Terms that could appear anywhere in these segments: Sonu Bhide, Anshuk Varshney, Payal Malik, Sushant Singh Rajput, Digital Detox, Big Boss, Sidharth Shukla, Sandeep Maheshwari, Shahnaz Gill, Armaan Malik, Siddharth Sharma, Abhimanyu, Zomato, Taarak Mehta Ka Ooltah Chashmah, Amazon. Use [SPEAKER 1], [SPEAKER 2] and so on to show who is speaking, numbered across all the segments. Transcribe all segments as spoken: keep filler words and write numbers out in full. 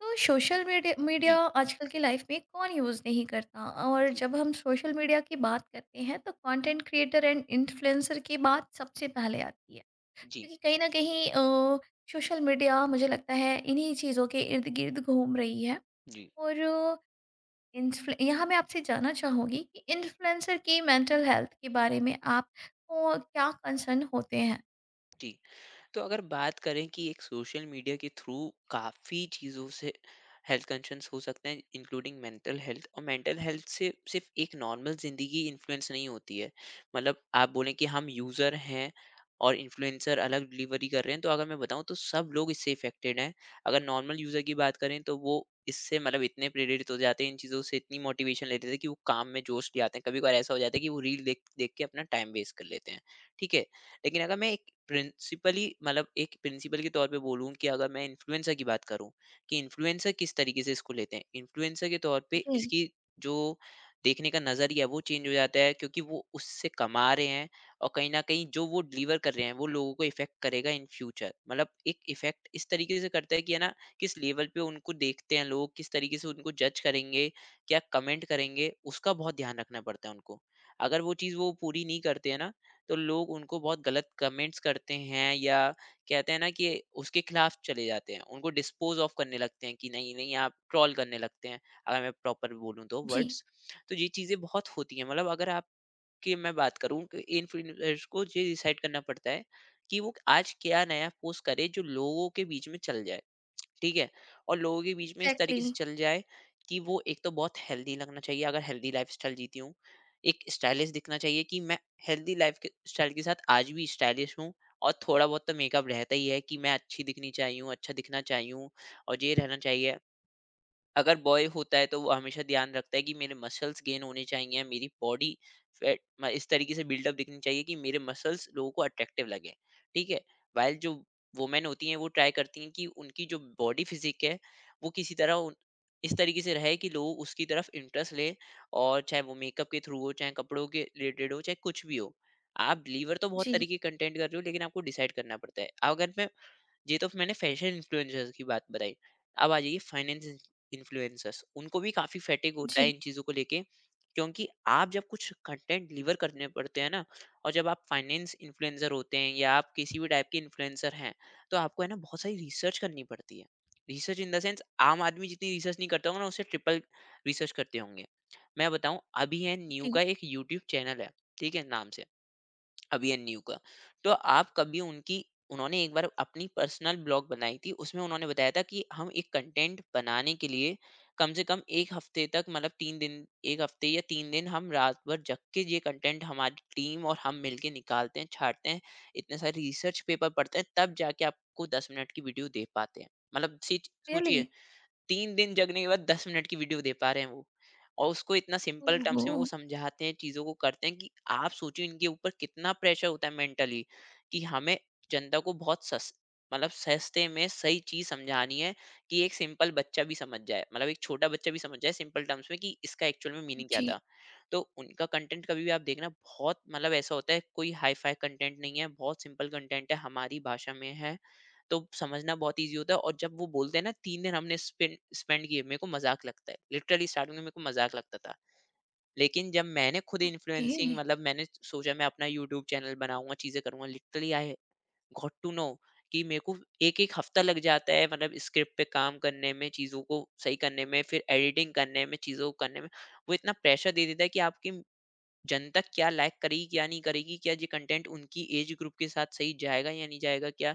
[SPEAKER 1] तो social media media
[SPEAKER 2] जी,
[SPEAKER 1] आजकल की लाइफ में कौन यूज़ नहीं करता। और
[SPEAKER 2] जी,
[SPEAKER 1] जब हम सोशल मीडिया की बात करते हैं तो कंटेंट क्रिएटर एंड इन्फ्लुएंसर की बात सबसे पहले आती है,
[SPEAKER 2] जी,
[SPEAKER 1] क्योंकि कहीं ना कहीं अ, सोशल मीडिया मुझे लगता है इन्हीं चीज़ों के इर्द गिर्द घूम रही है।
[SPEAKER 2] जी।
[SPEAKER 1] और अ, इन्फ्लु यहाँ मैं आपसे जानना चाहूँगी कि इन्फ्लुएंसर की मेंटल हेल्थ के बारे में आप को क्या कंसर्न होते हैं।
[SPEAKER 2] जी। तो अगर बात करें कि एक सोशल मीडिया के थ्रू काफ़ी चीज़ों से हेल्थ कंसर्न्स हो सकते हैं इंक्लूडिंग मेंटल हेल्थ। और मेंटल हेल्थ से सिर्फ एक नॉर्मल ज़िंदगी इन्फ्लुएंस नहीं होती है। मतलब आप बोलें कि हम यूज़र हैं और इन्फ्लुएंसर अलग डिलीवरी कर रहे हैं, तो अगर मैं बताऊँ तो सब लोग इससे अफ़ेक्टेड हैं। अगर नॉर्मल यूज़र की बात करें तो वो इससे मतलब इतने प्रेरित हो जाते हैं इन चीज़ों से, इतनी मोटिवेशन लेते थे कि वो काम में जोश ले आते हैं। कभी-कभार ऐसा हो जाता है कि वो रील देख देख के अपना टाइम वेस्ट कर लेते हैं। ठीक है? लेकिन अगर मैं एक प्रिंसिपली मतलब एक प्रिंसिपल के तौर पे बोलूँ, कि अगर मैं इन्फ्लुएंसर की बात करूँ कि इन्फ्लुएंसर किस तरीके से इसको लेते हैं, इन्फ्लुएंसर के तौर पे
[SPEAKER 1] जी।
[SPEAKER 2] इसकी जो देखने का नज़रिया है वो चेंज हो जाता है क्योंकि वो उससे कमा रहे हैं। और कहीं ना कहीं जो वो डिलीवर कर रहे हैं वो लोगों को इफेक्ट करेगा इन फ्यूचर। मतलब एक इफेक्ट इस तरीके से करता है कि है ना, किस लेवल पे उनको देखते हैं लोग, किस तरीके से उनको जज करेंगे, क्या कमेंट करेंगे, उसका बहुत ध्यान रखना पड़ता है उनको। अगर वो चीज़ वो पूरी नहीं करते हैं ना, तो लोग उनको बहुत गलत कमेंट्स करते हैं, या कहते हैं ना कि उसके खिलाफ चले जाते हैं, उनको डिस्पोज ऑफ करने लगते हैं कि नहीं नहीं, आप ट्रॉल करने लगते हैं अगर मैं प्रॉपर बोलूँ तो
[SPEAKER 1] जी
[SPEAKER 2] वर्ड्स। तो ये चीज़ें बहुत होती हैं। मतलब अगर आपकी मैं बात करूँ, इन्फ्लुएंसर्स को ये डिसाइड करना पड़ता है कि वो आज क्या नया पोस्ट करे जो लोगों के बीच में चल जाए। ठीक है, और लोगों के बीच में इस तरीके
[SPEAKER 1] एग्जैक्टली।
[SPEAKER 2] से चल जाए कि वो एक तो बहुत हेल्दी लगना चाहिए, अगर हेल्दी लाइफ स्टाइल जीती हूँ। एक स्टाइलिश दिखना चाहिए कि मैं हेल्दी लाइफ स्टाइल के साथ आज भी स्टाइलिश हूँ। और थोड़ा बहुत तो मेकअप रहता ही है कि मैं अच्छी दिखनी चाहिए हूँ, अच्छा दिखना चाहिए हूँ और ये रहना चाहिए। अगर बॉय होता है तो वो हमेशा ध्यान रखता है कि मेरे मसल्स गेन होने चाहिए, मेरी बॉडी फैट म इस तरीके से बिल्डअप दिखनी चाहिए कि मेरे मसल्स लोगों को अट्रैक्टिव लगे, ठीक है? व्हाइल जो वुमेन होती हैं वो ट्राई करती हैं कि उनकी जो बॉडी फिज़िक है, वो किसी तरह उन इस तरीके से रहे कि लोग उसकी तरफ इंटरेस्ट लें, और चाहे वो मेकअप के थ्रू हो, चाहे कपड़ों के रिलेटेड हो, चाहे कुछ भी हो। आप बिलीवर तो बहुत
[SPEAKER 1] जी।
[SPEAKER 2] तरीके कंटेंट कर रहे हो लेकिन आपको डिसाइड करना पड़ता है। अगर मैं ये तो मैंने फैशन इन्फ्लुएंसर्स की बात बताई। अब आ जाइए फाइनेंस इन इन्फ्लुएंसर्स, उनको भी काफ़ी फटीग होता है
[SPEAKER 1] जी।
[SPEAKER 2] इन चीज़ों को लेके, क्योंकि आप जब कुछ कंटेंट डिलीवर करने पड़ते हैं ना, और जब आप फाइनेंस इन्फ्लुएंसर होते हैं या आप किसी भी टाइप के इन्फ्लुएंसर हैं, तो आपको है ना बहुत सारी रिसर्च करनी पड़ती है। रिसर्च इन द सेंस, आम आदमी जितनी रिसर्च नहीं करता होगा ना, उससे ट्रिपल रिसर्च करते होंगे। मैं बताऊँ, अभी है न्यू का
[SPEAKER 1] जी।
[SPEAKER 2] एक यूट्यूब चैनल है, ठीक है? नाम से। अभिमन्यु का। तो आप कभी उनकी उन्होंने एक बार अपनी पर्सनल ब्लॉग बनाई थी, उसमें उन्होंने बताया था कि हम एक कंटेंट बनाने के लिए कम से कम एक हफ्ते तक, मतलब तीन दिन एक हफ्ते या तीन दिन हम रात भर जग के ये कंटेंट हमारी टीम और हम मिलके निकालते हैं, छाँटते हैं, इतने सारे रिसर्च पेपर पढ़ते हैं, तब जाके आपको दस मिनट की वीडियो दे पाते हैं। मतलब सीच
[SPEAKER 1] रियली।
[SPEAKER 2] सोचिए, तीन दिन जगने के बाद दस मिनट की वीडियो दे पा रहे हैं वो। और उसको इतना सिंपल
[SPEAKER 1] ओहो।
[SPEAKER 2] टर्म्स में वो समझाते हैं, चीज़ों को करते हैं कि आप सोचिए इनके ऊपर कितना प्रेशर होता है मेंटली, कि हमें जनता को बहुत सस मतलब सस्ते में सही चीज़ समझानी है कि एक सिंपल बच्चा भी समझ जाए। मतलब एक छोटा बच्चा भी समझ जाए सिंपल टर्म्स में कि इसका एक्चुअल में मीनिंग क्या था।
[SPEAKER 1] जी।
[SPEAKER 2] तो उनका कंटेंट कभी भी आप देखना, बहुत मतलब ऐसा होता है, कोई हाई-फाई कंटेंट नहीं है, बहुत सिंपल कंटेंट है, हमारी भाषा में है, तो समझना बहुत ईज़ी होता है। और जब वो बोलते हैं ना तीन दिन हमने स्पेंड स्पेंड किए, मेरे को मज़ाक लगता है। लिटरली स्टार्टिंग में मेरे को मज़ाक लगता था। लेकिन जब मैंने खुद
[SPEAKER 1] ओके।
[SPEAKER 2] इन्फ्लुएंसिंग मतलब मैंने सोचा मैं अपना यूट्यूब चैनल बनाऊँगा, चीज़ें करूँगा, literally I got to know कि मेरे को एक-एक हफ़्ता लग जाता है, मतलब स्क्रिप्ट पे काम करने में, चीज़ों को सही करने में, फिर एडिटिंग करने में, चीज़ों को करने में। वो इतना प्रेशर दे देता है कि आपकी जनता क्या लाइक करेगी, क्या नहीं करेगी? क्या ये कंटेंट उनकी एज ग्रुप के साथ सही जाएगा या नहीं जाएगा? क्या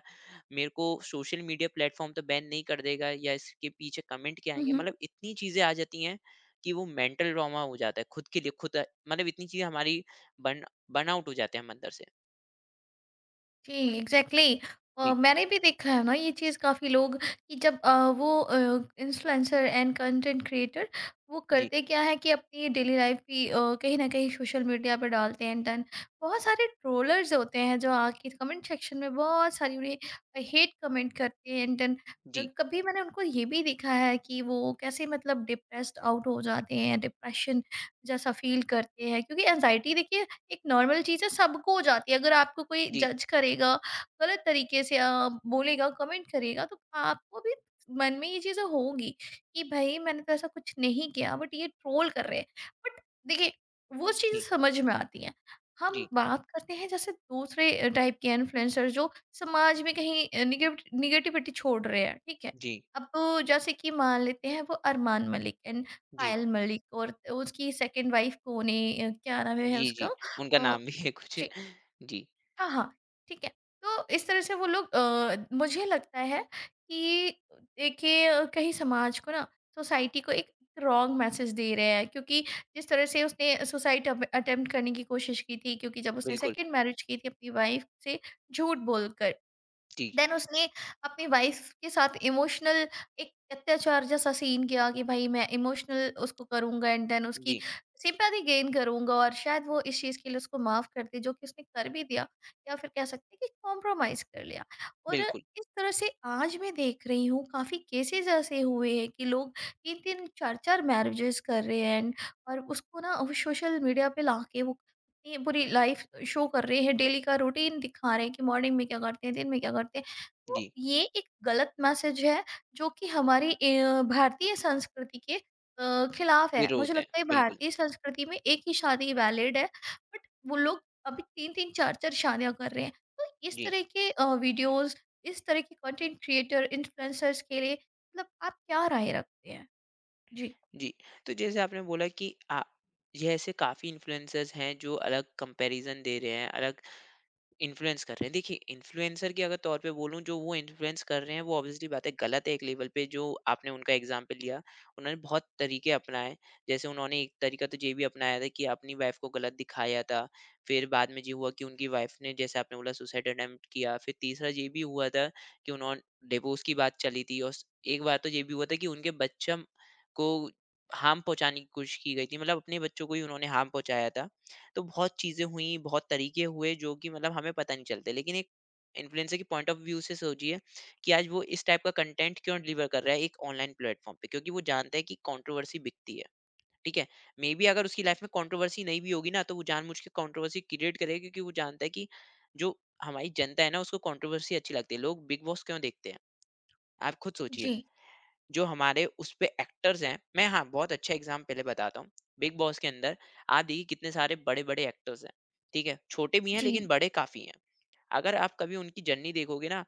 [SPEAKER 2] मेरे को सोशल मीडिया प्लेटफ़ॉर्म तो बैन नहीं कर देगा, या इसके पीछे कमेंट क्या
[SPEAKER 1] हम्म
[SPEAKER 2] आएँगे?
[SPEAKER 1] हम्म,
[SPEAKER 2] मतलब इतनी चीज़ें आ जाती हैं कि वो मेंटल ट्रॉमा हो जाता है खुद के लिए खुद अ, मतलब इतनी चीज़ें हमारी बर्न बर्नआउट हो जाते हैं हम अंदर से।
[SPEAKER 1] जी एग्जैक्टली,
[SPEAKER 2] जी,
[SPEAKER 1] मैंने भी देखा है ना ये चीज़ काफ़ी लोग कि जब अ, वो इन्फ्लुएंसर एंड कंटेंट क्रिएटर वो
[SPEAKER 2] जी,
[SPEAKER 1] करते क्या है कि अपनी डेली लाइफ भी अ, कहीं ना कहीं सोशल मीडिया पर डालते हैं। देन बहुत सारे ट्रोलर्स होते हैं जो आके कमेंट सेक्शन में बहुत सारी उन्हें हेट कमेंट करते हैं। एंड देन
[SPEAKER 2] जी,
[SPEAKER 1] कभी मैंने उनको ये भी देखा है कि वो कैसे मतलब डिप्रेस्ड आउट हो जाते हैं, डिप्रेशन जैसा फील करते हैं, क्योंकि एनजाइटी देखिए एक नॉर्मल चीज़ है, सबको हो जाती है। अगर आपको कोई
[SPEAKER 2] जी,
[SPEAKER 1] जज करेगा, गलत तरीके से अ, बोलेगा, कमेंट करेगा, तो आपको भी मन में ये चीज़ें होंगी कि भई मैंने तो ऐसा कुछ नहीं किया, बट ये ट्रोल कर रहे हैं। बट देखिए, वो चीज़ें
[SPEAKER 2] जी,
[SPEAKER 1] समझ में आती हैं। हम
[SPEAKER 2] जी,
[SPEAKER 1] बात करते हैं जैसे दूसरे अ, टाइप के इन्फ्लुएंसर जो समाज में कहीं अ, निगेव निगेटिविटी छोड़ रहे हैं, ठीक है?
[SPEAKER 2] जी,
[SPEAKER 1] अब तो जैसे कि मान लेते हैं वो अरमान मलिक एंड
[SPEAKER 2] जी,
[SPEAKER 1] पायल मलिक और उसकी सेकंड वाइफ कौन है, अ, क्या नाम है
[SPEAKER 2] जी,
[SPEAKER 1] उसका?
[SPEAKER 2] जी। उनका
[SPEAKER 1] अ,
[SPEAKER 2] नाम भी है कुछ।
[SPEAKER 1] जी,
[SPEAKER 2] जी,
[SPEAKER 1] हाँ, हाँ, ठीक है। तो इस तरह से वो लोग अ, मुझे लगता है कि देखिए अ, कहीं समाज को ना सोसाइटी को एक रॉन्ग मैसेज दे रहे हैं, क्योंकि जिस तरह से उसने सुसाइड अप अटेम्प्ट करने की कोशिश की थी, क्योंकि जब उसने
[SPEAKER 2] बिल्कुल।
[SPEAKER 1] सेकंड मैरिज की थी अपनी वाइफ से झूठ बोलकर,
[SPEAKER 2] जी,
[SPEAKER 1] देन उसने अपनी वाइफ के साथ इमोशनल एक अत्याचार जैसा सीन किया कि भाई मैं इमोशनल उसको करूँगा एंड देन उसकी
[SPEAKER 2] जी,
[SPEAKER 1] सिंपैथी गेन करूँगा और शायद वो इस चीज़ के लिए उसको माफ़ कर दी जो कि उसने कर भी दिया, या फिर कह सकते हैं कि कॉम्प्रोमाइज़ कर लिया। और
[SPEAKER 2] बिल्कुल।
[SPEAKER 1] इस तरह से आज मैं देख रही हूँ काफ़ी केसेज़ ऐसे हुए हैं कि लोग तीन तीन चार चार मैरिजेज़ कर रहे हैं एंड और उसको ना वो सोशल मीडिया पे लाके वो अपनी पूरी लाइफ़ शो कर रहे हैं, डेली का रूटीन दिखा रहे हैं कि मॉर्निंग में क्या करते हैं, दिन में क्या करते हैं। तो
[SPEAKER 2] जी,
[SPEAKER 1] ये एक गलत मैसेज है जो कि हमारी अ, भारतीय संस्कृति के अ, खिलाफ है।
[SPEAKER 2] विरोध
[SPEAKER 1] मुझे
[SPEAKER 2] है।
[SPEAKER 1] लगता है
[SPEAKER 2] बिल्कुल,
[SPEAKER 1] भारतीय संस्कृति में एक ही शादी वैलिड है, बट वो लोग अभी तीन तीन चार चार शादियाँ कर रहे हैं। तो इस
[SPEAKER 2] जी।
[SPEAKER 1] तरह के अ, वीडियोज़, इस तरह के कंटेंट क्रिएटर, इन्फ्लुएंसर्स के लिए मतलब आप क्या राय रखते हैं? जी,
[SPEAKER 2] जी, तो जैसे आपने बोला कि आ, ये ऐसे काफ़ी इन्फ्लुएंसर्स हैं जो अलग कंपैरिजन दे रहे हैं, अलग इन्फ्लुएंस कर रहे हैं। देखिए इन्फ्लुएंसर के अगर तौर पे बोलूँ, जो वो इन्फ्लुएंस कर रहे हैं वो ऑब्वियसली बात है गलत है एक लेवल पे, जो आपने उनका एग्जाम्पल लिया। उन्होंने बहुत तरीके अपनाए। जैसे उन्होंने एक तरीका तो ये भी अपनाया था कि अपनी वाइफ को गलत दिखाया था। फिर बाद में ये हुआ कि उनकी वाइफ ने, जैसे आपने बोला, सुसाइड अटेम्प्ट किया। फिर तीसरा ये भी हुआ था कि उन्होंने डिवोर्स की बात चली थी, और एक बार तो ये भी हुआ था कि उनके बच्चों को हार्म पहुँचाने की कोशिश की गई थी। मतलब अपने बच्चों को ही उन्होंने हार्म पहुँचाया था। तो बहुत चीज़ें हुई, बहुत तरीके हुए जो कि मतलब हमें पता नहीं चलते। लेकिन एक इन्फ्लुएंसर के पॉइंट ऑफ व्यू से सोचिए कि आज वो इस टाइप का कंटेंट क्यों डिलीवर कर रहा है एक ऑनलाइन प्लेटफ़ॉर्म पे, क्योंकि वो जानता है कि कंट्रोवर्सी बिकती है, ठीक है? मेबी अगर उसकी लाइफ़ में कंट्रोवर्सी नहीं भी होगी ना, तो वो जानबूझ के कंट्रोवर्सी क्रिएट करेगा, क्योंकि वो जानता है कि जो हमारी जनता है ना, उसको कंट्रोवर्सी अच्छी लगती है। लोग बिग बॉस क्यों देखते हैं? आप खुद सोचिए।
[SPEAKER 1] जी,
[SPEAKER 2] जो हमारे उस पे एक्टर्स हैं, मैं हाँ, बहुत अच्छा एग्ज़ाम पहले बताता हूँ। बिग बॉस के अंदर आप देखिए कितने सारे बड़े-बड़े एक्टर्स हैं, ठीक है? छोटे भी हैं लेकिन
[SPEAKER 1] जी,
[SPEAKER 2] बड़े काफ़ी हैं। अगर आप कभी उनकी जर्नी देखोगे ना,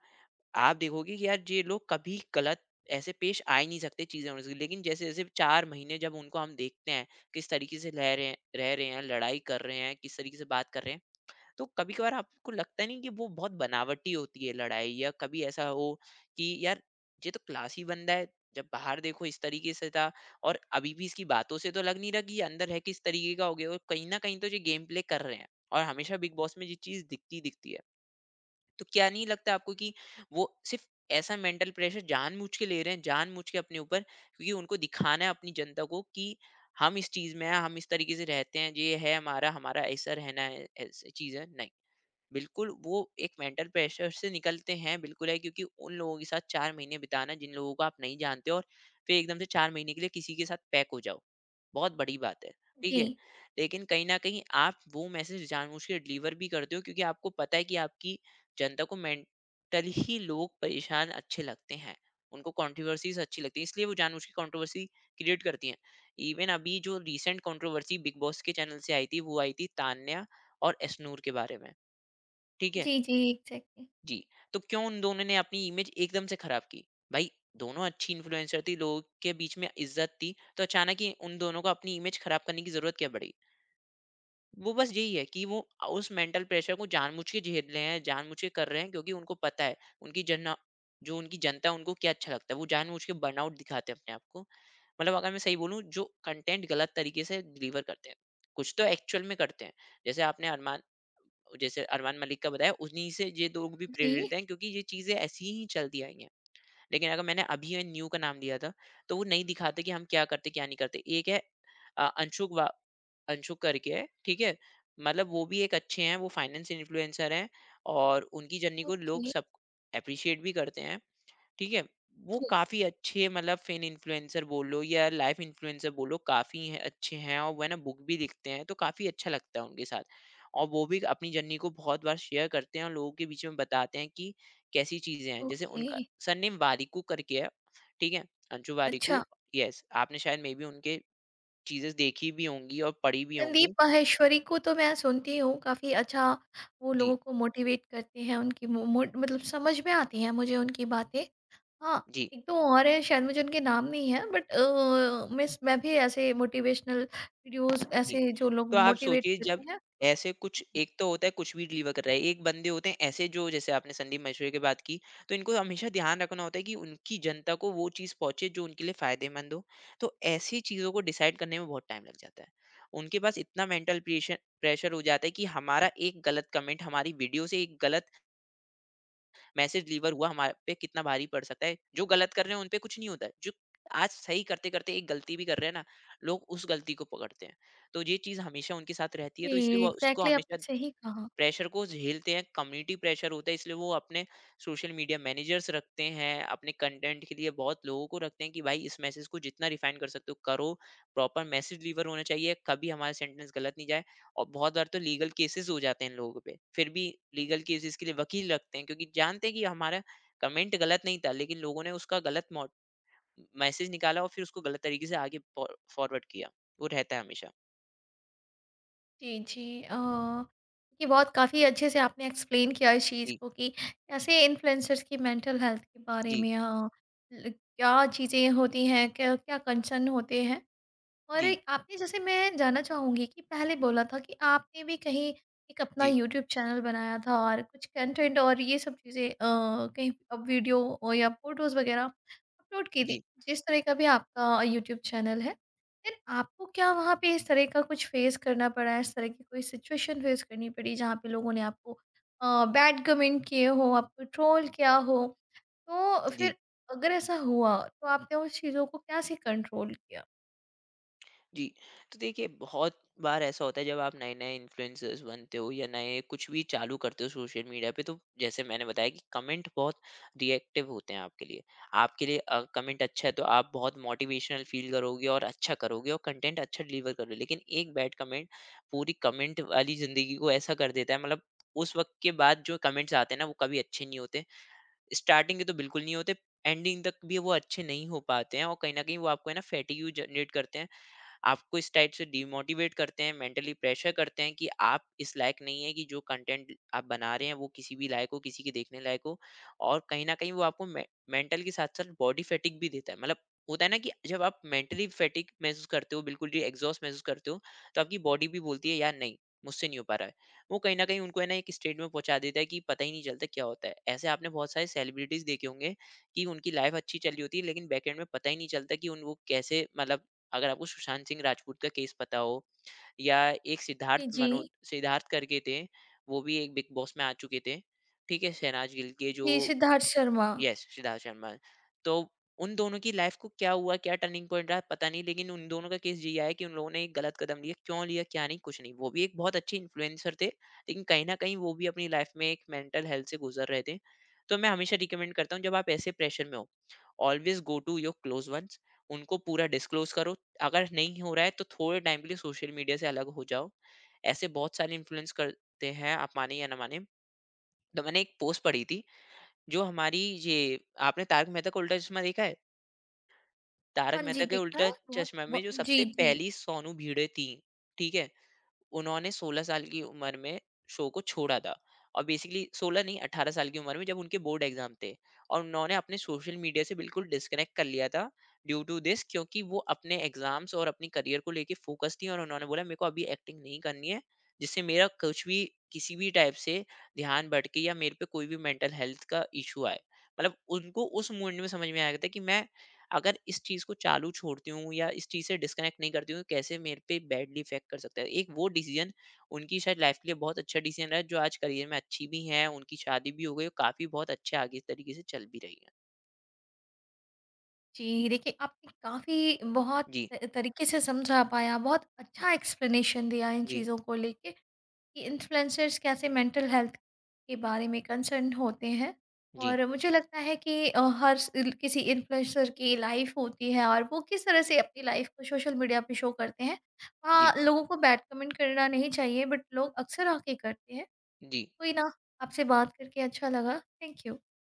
[SPEAKER 2] आप देखोगे कि यार ये लोग कभी गलत ऐसे पेश आ ही नहीं सकते चीज़ें होने से, लेकिन जैसे-जैसे चार महीने जब उनको हम देखते हैं, किस तरीके से लह रहे हैं रह रहे हैं, लड़ाई कर रहे हैं, किस तरीके से बात कर रहे हैं। तो कभी कभार आपको लगता नहीं कि वो बहुत बनावटी होती है लड़ाई, या कभी ऐसा हो कि यार ये तो क्लासी बंदा है, जब बाहर देखो इस तरीके से था, और अभी भी इसकी बातों से तो लग नहीं रहा कि ये अंदर है किस तरीके का हो गया, और कहीं ना कहीं तो ये गेम प्ले कर रहे हैं और हमेशा बिग बॉस में ये चीज दिखती दिखती है। तो क्या नहीं लगता आपको कि वो सिर्फ ऐसा मेंटल प्रेशर जानबूझ के ले रहे हैं, जानबूझ के अपने ऊपर, क्योंकि उनको दिखाना है अपनी जनता को कि हम इस चीज में हैं, हम इस तरीके से रहते हैं, ये है हमारा हमारा ऐसा रहना है, ऐसी चीज है नहीं। बिल्कुल, वो एक मेंटल प्रेशर से निकलते हैं, बिल्कुल है, क्योंकि उन लोगों के साथ चार महीने बिताना जिन लोगों को आप नहीं जानते, और फिर एकदम से चार महीने के लिए किसी के साथ पैक हो जाओ, बहुत बड़ी बात है, ठीक है?
[SPEAKER 1] जी,
[SPEAKER 2] लेकिन कहीं न कहीं आप वो मैसेज जानबूझ के डिलीवर भी करते हो क्योंकि आपको पता है कि आपकी जनता को मेंटली ही लोग परेशान अच्छे लगते हैं। उनको कंट्रोवर्सीज़ अच्छी लगती है, इसलिए वो जानबूझ के कंट्रोवर्सी क्रिएट करती हैं। इवन अभी जो रिसेंट कंट्रोवर्सी बिग बॉस के चैनल से आई थी, वो आई थी तान्या और एसनूर के बारे में। ठीक है।
[SPEAKER 1] जी, जी, एग्ज़ैक्टली।
[SPEAKER 2] जी। तो क्यों उन दोनों ने अपनी इमेज एकदम से खराब की भाई, दोनों अच्छी इन्फ्लुएंसर थी, लोगों के बीच में इज्जत थी, तो अचानक ही उन दोनों को अपनी इमेज खराब करने की जरूरत क्या पड़ी। वो बस यही है कि वो उस मेंटल प्रेशर को जानबूझ के झेल रहे हैं, जानबूझ के कर रहे हैं क्योंकि उनको पता है उनकी जना जो उनकी जनता है उनको क्या अच्छा लगता है, वो जानबूझ के बर्नआउट दिखाते हैं अपने आप को। मतलब अगर मैं सही बोलूं, जो कंटेंट गलत तरीके से डिलीवर करते हैं, कुछ तो एक्चुअल में करते हैं। जैसे आपने अरमान जैसे अरमान मलिक का बताया, उन्हीं से ये लोग भी प्रेरित
[SPEAKER 1] जी,
[SPEAKER 2] हैं क्योंकि ये चीज़ें ऐसी ही चलती आई हैं। लेकिन अगर मैंने अभी ये न्यू का नाम लिया था, तो वो नहीं दिखाते कि हम क्या करते, क्या नहीं करते। एक है अ, अंशुक वा अंशुक करके है, ठीक है? मतलब वो भी एक अच्छे हैं, वो फाइनेंस इन्फ्लुएंसर हैं और उनकी जर्नी को लोग
[SPEAKER 1] ओके,
[SPEAKER 2] सब एप्रिशिएट भी करते हैं। ठीक है। वो
[SPEAKER 1] जी,
[SPEAKER 2] काफी अच्छे, मतलब फिन इन्फ्लुएंसर बोलो या लाइफ इन्फ्लुएंसर बोलो, काफी है, अच्छे हैं और वह ना बुक भी लिखते हैं, तो काफी अच्छा लगता है उनके साथ। और वो भी अपनी जर्नी को बहुत बार शेयर करते हैं और लोगों के बीच में बताते हैं कि कैसी चीजें हैं। जैसे
[SPEAKER 1] ओके,
[SPEAKER 2] उनका सरनेम वारिकू करके है, ठीक है, अंशु वारिकू।
[SPEAKER 1] अच्छा।
[SPEAKER 2] यस, आपने शायद मे बी उनके चीजें देखी भी होंगी और पढ़ी भी
[SPEAKER 1] संदीप
[SPEAKER 2] होंगी।
[SPEAKER 1] माहेश्वरी को तो मैं सुनती हूँ, काफ़ी अच्छा वो
[SPEAKER 2] जी।
[SPEAKER 1] लोगों को मोटिवेट करते हैं। उनकी मो, मो, मतलब समझ में आती हैं मुझे उनकी बातें। हाँ,
[SPEAKER 2] जी।
[SPEAKER 1] एक दो और है शायद मुझे उनके नाम नहीं है, बट मैं मैं भी ऐसे मोटिवेशनल वीडियोस
[SPEAKER 2] जी।
[SPEAKER 1] ऐसे जो लोग
[SPEAKER 2] तो आप
[SPEAKER 1] मोटिवेट
[SPEAKER 2] सोचिए,
[SPEAKER 1] करते
[SPEAKER 2] जब
[SPEAKER 1] हैं।
[SPEAKER 2] ऐसे कुछ, एक तो होता है कुछ भी डिलीवर कर रहा है, एक बंदे होते हैं ऐसे जो, जैसे आपने संदीप महेश्वरी की बात की, तो इनको हमेशा ध्यान रखना होता है कि उनकी जनता को वो चीज़ पहुंचे जो उनके लिए फायदेमंद हो। तो ऐसी चीज़ों को डिसाइड करने में बहुत टाइम लग जाता है। उनके पास इतना मेंटल प्रेशर प्रेशर हो जाता है कि हमारा एक गलत कमेंट, हमारी वीडियो से एक गलत मैसेज लीवर हुआ, हमारे पे कितना भारी पड़ सकता है। जो गलत कर रहे हैं उन पे कुछ नहीं होता है, जो आज सही करते करते एक गलती भी कर रहे हैं ना, लोग उस गलती को पकड़ते हैं। तो ये चीज हमेशा उनके साथ रहती है,
[SPEAKER 1] जी
[SPEAKER 2] तो इसलिए वो उसको
[SPEAKER 1] एग्जैक्टली,
[SPEAKER 2] हमेशा
[SPEAKER 1] आपने सही कहा।
[SPEAKER 2] प्रेशर को झेलते हैं। कम्युनिटी प्रेशर होता है, इसलिए वो अपने सोशल मीडिया मैनेजर्स रखते हैं, अपने कंटेंट के लिए बहुत लोगों को रखते हैं कि भाई इस मैसेज को जितना रिफाइन कर सकते हो करो, प्रॉपर मैसेज डिलीवर होना चाहिए, कभी हमारा सेंटेंस गलत नहीं जाए। और बहुत बार तो लीगल केसेस हो जाते हैं इन लोगों पे, फिर भी लीगल केसेस के लिए वकील रखते हैं क्योंकि जानते हैं कि हमारा कमेंट गलत नहीं था, लेकिन लोगों ने उसका गलत मैसेज निकाला और फिर उसको गलत तरीके से आगे फॉरवर्ड किया। वो रहता है हमेशा।
[SPEAKER 1] जी, जी। अ, ये बहुत काफ़ी अच्छे से आपने एक्सप्लेन किया इस चीज़
[SPEAKER 2] जी।
[SPEAKER 1] को कि कैसे इन्फ्लुएंसर्स की मेंटल हेल्थ के बारे
[SPEAKER 2] जी।
[SPEAKER 1] में अ, ल क्या चीज़ें होती हैं, क्या क्या कंसर्न होते हैं। और
[SPEAKER 2] जी।
[SPEAKER 1] एक आपने जैसे मैं जानना चाहूँगी कि पहले बोला था कि आपने भी कहीं एक अपना
[SPEAKER 2] जी।
[SPEAKER 1] यूट्यूब चैनल बनाया था और कुछ कंटेंट और ये सब चीज़ें अ, कहीं अब वीडियो और या फ़ोटोज़ वगैरह अपलोड की थी,
[SPEAKER 2] जी।
[SPEAKER 1] जिस तरह का भी आपका यूट्यूब चैनल है। फिर आपको क्या वहाँ पे इस तरह का कुछ फ़ेस करना पड़ा? इस तरह की कोई सिचुएशन फ़ेस करनी पड़ी जहाँ पे लोगों ने आपको अ, बैड कमेंट किए हों, आपको ट्रोल किया हो? तो
[SPEAKER 2] जी।
[SPEAKER 1] फिर अगर ऐसा हुआ तो आपने उस चीज़ों को कैसे कंट्रोल किया?
[SPEAKER 2] जी। तो देखिए, बहुत बार ऐसा होता है जब आप नए नए इन्फ्लुएंसर्स बनते हो या नए कुछ भी चालू करते हो सोशल मीडिया पे, तो जैसे मैंने बताया कि कमेंट बहुत रिएक्टिव होते हैं आपके लिए आपके लिए। कमेंट अच्छा है तो आप बहुत मोटिवेशनल फील करोगे और अच्छा करोगे और कंटेंट अच्छा डिलीवर करोगे, लेकिन एक बैड कमेंट पूरी कमेंट वाली जिंदगी को ऐसा कर देता है। मतलब, उस वक्त के बाद जो कमेंट्स आते हैं ना, वो कभी अच्छे नहीं होते। स्टार्टिंग के तो बिल्कुल नहीं होते, एंडिंग तक भी वो अच्छे नहीं हो पाते हैं, और कहीं ना कहीं वो आपको है ना फैटिग्यू जनरेट करते हैं। आपको इस टाइप से डिमोटिवेट करते हैं, मेंटली प्रेशर करते हैं, कि आप इस लायक नहीं है कि जो कंटेंट आप बना रहे हैं वो किसी भी लायक हो, किसी के देखने लायक हो। और कहीं ना कहीं वो आपको मेंटल के साथ साथ बॉडी फैटिक भी देता है। मतलब, होता है ना, कि जब आप मेंटली फैटिक महसूस करते हो, बिल्कुल भी एग्जॉस्ट महसूस करते हो, तो आपकी बॉडी भी बोलती है यार नहीं, मुझसे नहीं हो पा रहा है। वो कहीं ना कहीं उनको है ना एक स्टेट में पहुंचा देता है कि पता ही नहीं चलता क्या होता है। ऐसे आपने बहुत सारे सेलिब्रिटीज देखे होंगे कि उनकी लाइफ अच्छी चल रही होती है, लेकिन बैकएंड में पता ही नहीं चलता कि उन वो कैसे, मतलब अगर आपको सुशांत सिंह राजपूत का केस पता हो, या एक
[SPEAKER 1] जी,
[SPEAKER 2] सिद्धार्थ
[SPEAKER 1] जी।
[SPEAKER 2] मनो सिद्धार्थ करके थे, वो भी एक बिग बॉस में आ चुके थे। ठीक है? शहनाज गिल के जो,
[SPEAKER 1] जी, सिद्धार्थ शर्मा।
[SPEAKER 2] यस सिद्धार्थ शर्मा। तो उन दोनों की लाइफ़ को क्या हुआ, क्या टर्निंग पॉइंट रहा पता नहीं, लेकिन उन दोनों का केस ये आया कि उन लोगों ने एक गलत कदम लिया, क्यों लिया, क्या नहीं, कुछ नहीं। वो भी एक बहुत अच्छे इन्फ्लुएंसर थे, लेकिन कहीं न कहीं वो भी अपनी लाइफ़ में एक मेंटल हेल्थ से गुज़र रहे थे। तो मैं हमेशा रिकमेंड करता हूँ, जब आप ऐसे प्रेशर में हो, always go to your close ones, उनको पूरा डिस्क्लोज़ करो। अगर नहीं हो रहा है तो थोड़े टाइम के लिए सोशल मीडिया से अलग हो जाओ। ऐसे बहुत सारे इन्फ्लुएंस करते हैं, आप माने या ना माने। तो मैंने एक पोस्ट पढ़ी थी जो हमारी ये, आपने तारक मेहता का उल्टा चश्मा देखा है? तारक
[SPEAKER 1] हाँ जी,
[SPEAKER 2] मेहता के
[SPEAKER 1] देखा
[SPEAKER 2] उल्टा
[SPEAKER 1] है बहुत
[SPEAKER 2] चश्मा में
[SPEAKER 1] ब
[SPEAKER 2] जो सबसे
[SPEAKER 1] जी, जी।
[SPEAKER 2] पहली सोनू भिड़े थी, ठीक है? उन्होंने सोलह साल की उम्र में शो को छोड़ा था, और बेसिकली सोलह नहीं अठारह साल की उम्र में, जब उनके बोर्ड एग्जाम थे, और उन्होंने अपने सोशल मीडिया से बिल्कुल डिस्कनेक्ट कर लिया था ड्यू टू दिस, क्योंकि वो अपने एग्जाम्स और अपनी करियर को लेके फोकस थी और उन्होंने बोला मेरे को अभी एक्टिंग नहीं करनी है, जिससे मेरा कुछ भी किसी भी टाइप से ध्यान भटके या मेरे पे कोई भी मेंटल हेल्थ का इशू आए। मतलब उनको उस मूड में समझ में आया था कि मैं अगर इस चीज़ को चालू छोड़ती हूँ या इस चीज़ से डिस्कनेक्ट नहीं करती हूँ, कैसे मेरे पे बैडली इफ़ेक्ट कर सकता है। एक वो डिसीज़न उनकी शायद लाइफ़ के लिए बहुत अच्छा डिसीज़न रहा है, जो आज करियर में अच्छी भी हैं, उनकी शादी भी हो गई और काफ़ी बहुत अच्छे आगे इस तरीके से चल भी रही है।
[SPEAKER 1] जी, देखिए आपने काफ़ी बहुत
[SPEAKER 2] जी,
[SPEAKER 1] त तरीके से समझा पाया, बहुत अच्छा एक्सप्लेनेशन दिया इन
[SPEAKER 2] जी,
[SPEAKER 1] चीज़ों को लेके कि इन्फ्लुएंसर्स कैसे मेंटल हेल्थ के बारे में कंसर्न होते हैं।
[SPEAKER 2] जी,
[SPEAKER 1] और मुझे लगता है कि अ, हर स किसी इन्फ्लुएंसर की लाइफ़ होती है और वो किस तरह से अपनी लाइफ़ को सोशल मीडिया पे शो करते हैं।
[SPEAKER 2] जी,
[SPEAKER 1] हाँ, लोगों को बैड कमेंट करना नहीं चाहिए बट लोग अक्सर आके करते हैं।
[SPEAKER 2] जी।
[SPEAKER 1] कोई ना, आपसे बात करके अच्छा लगा। Thank you.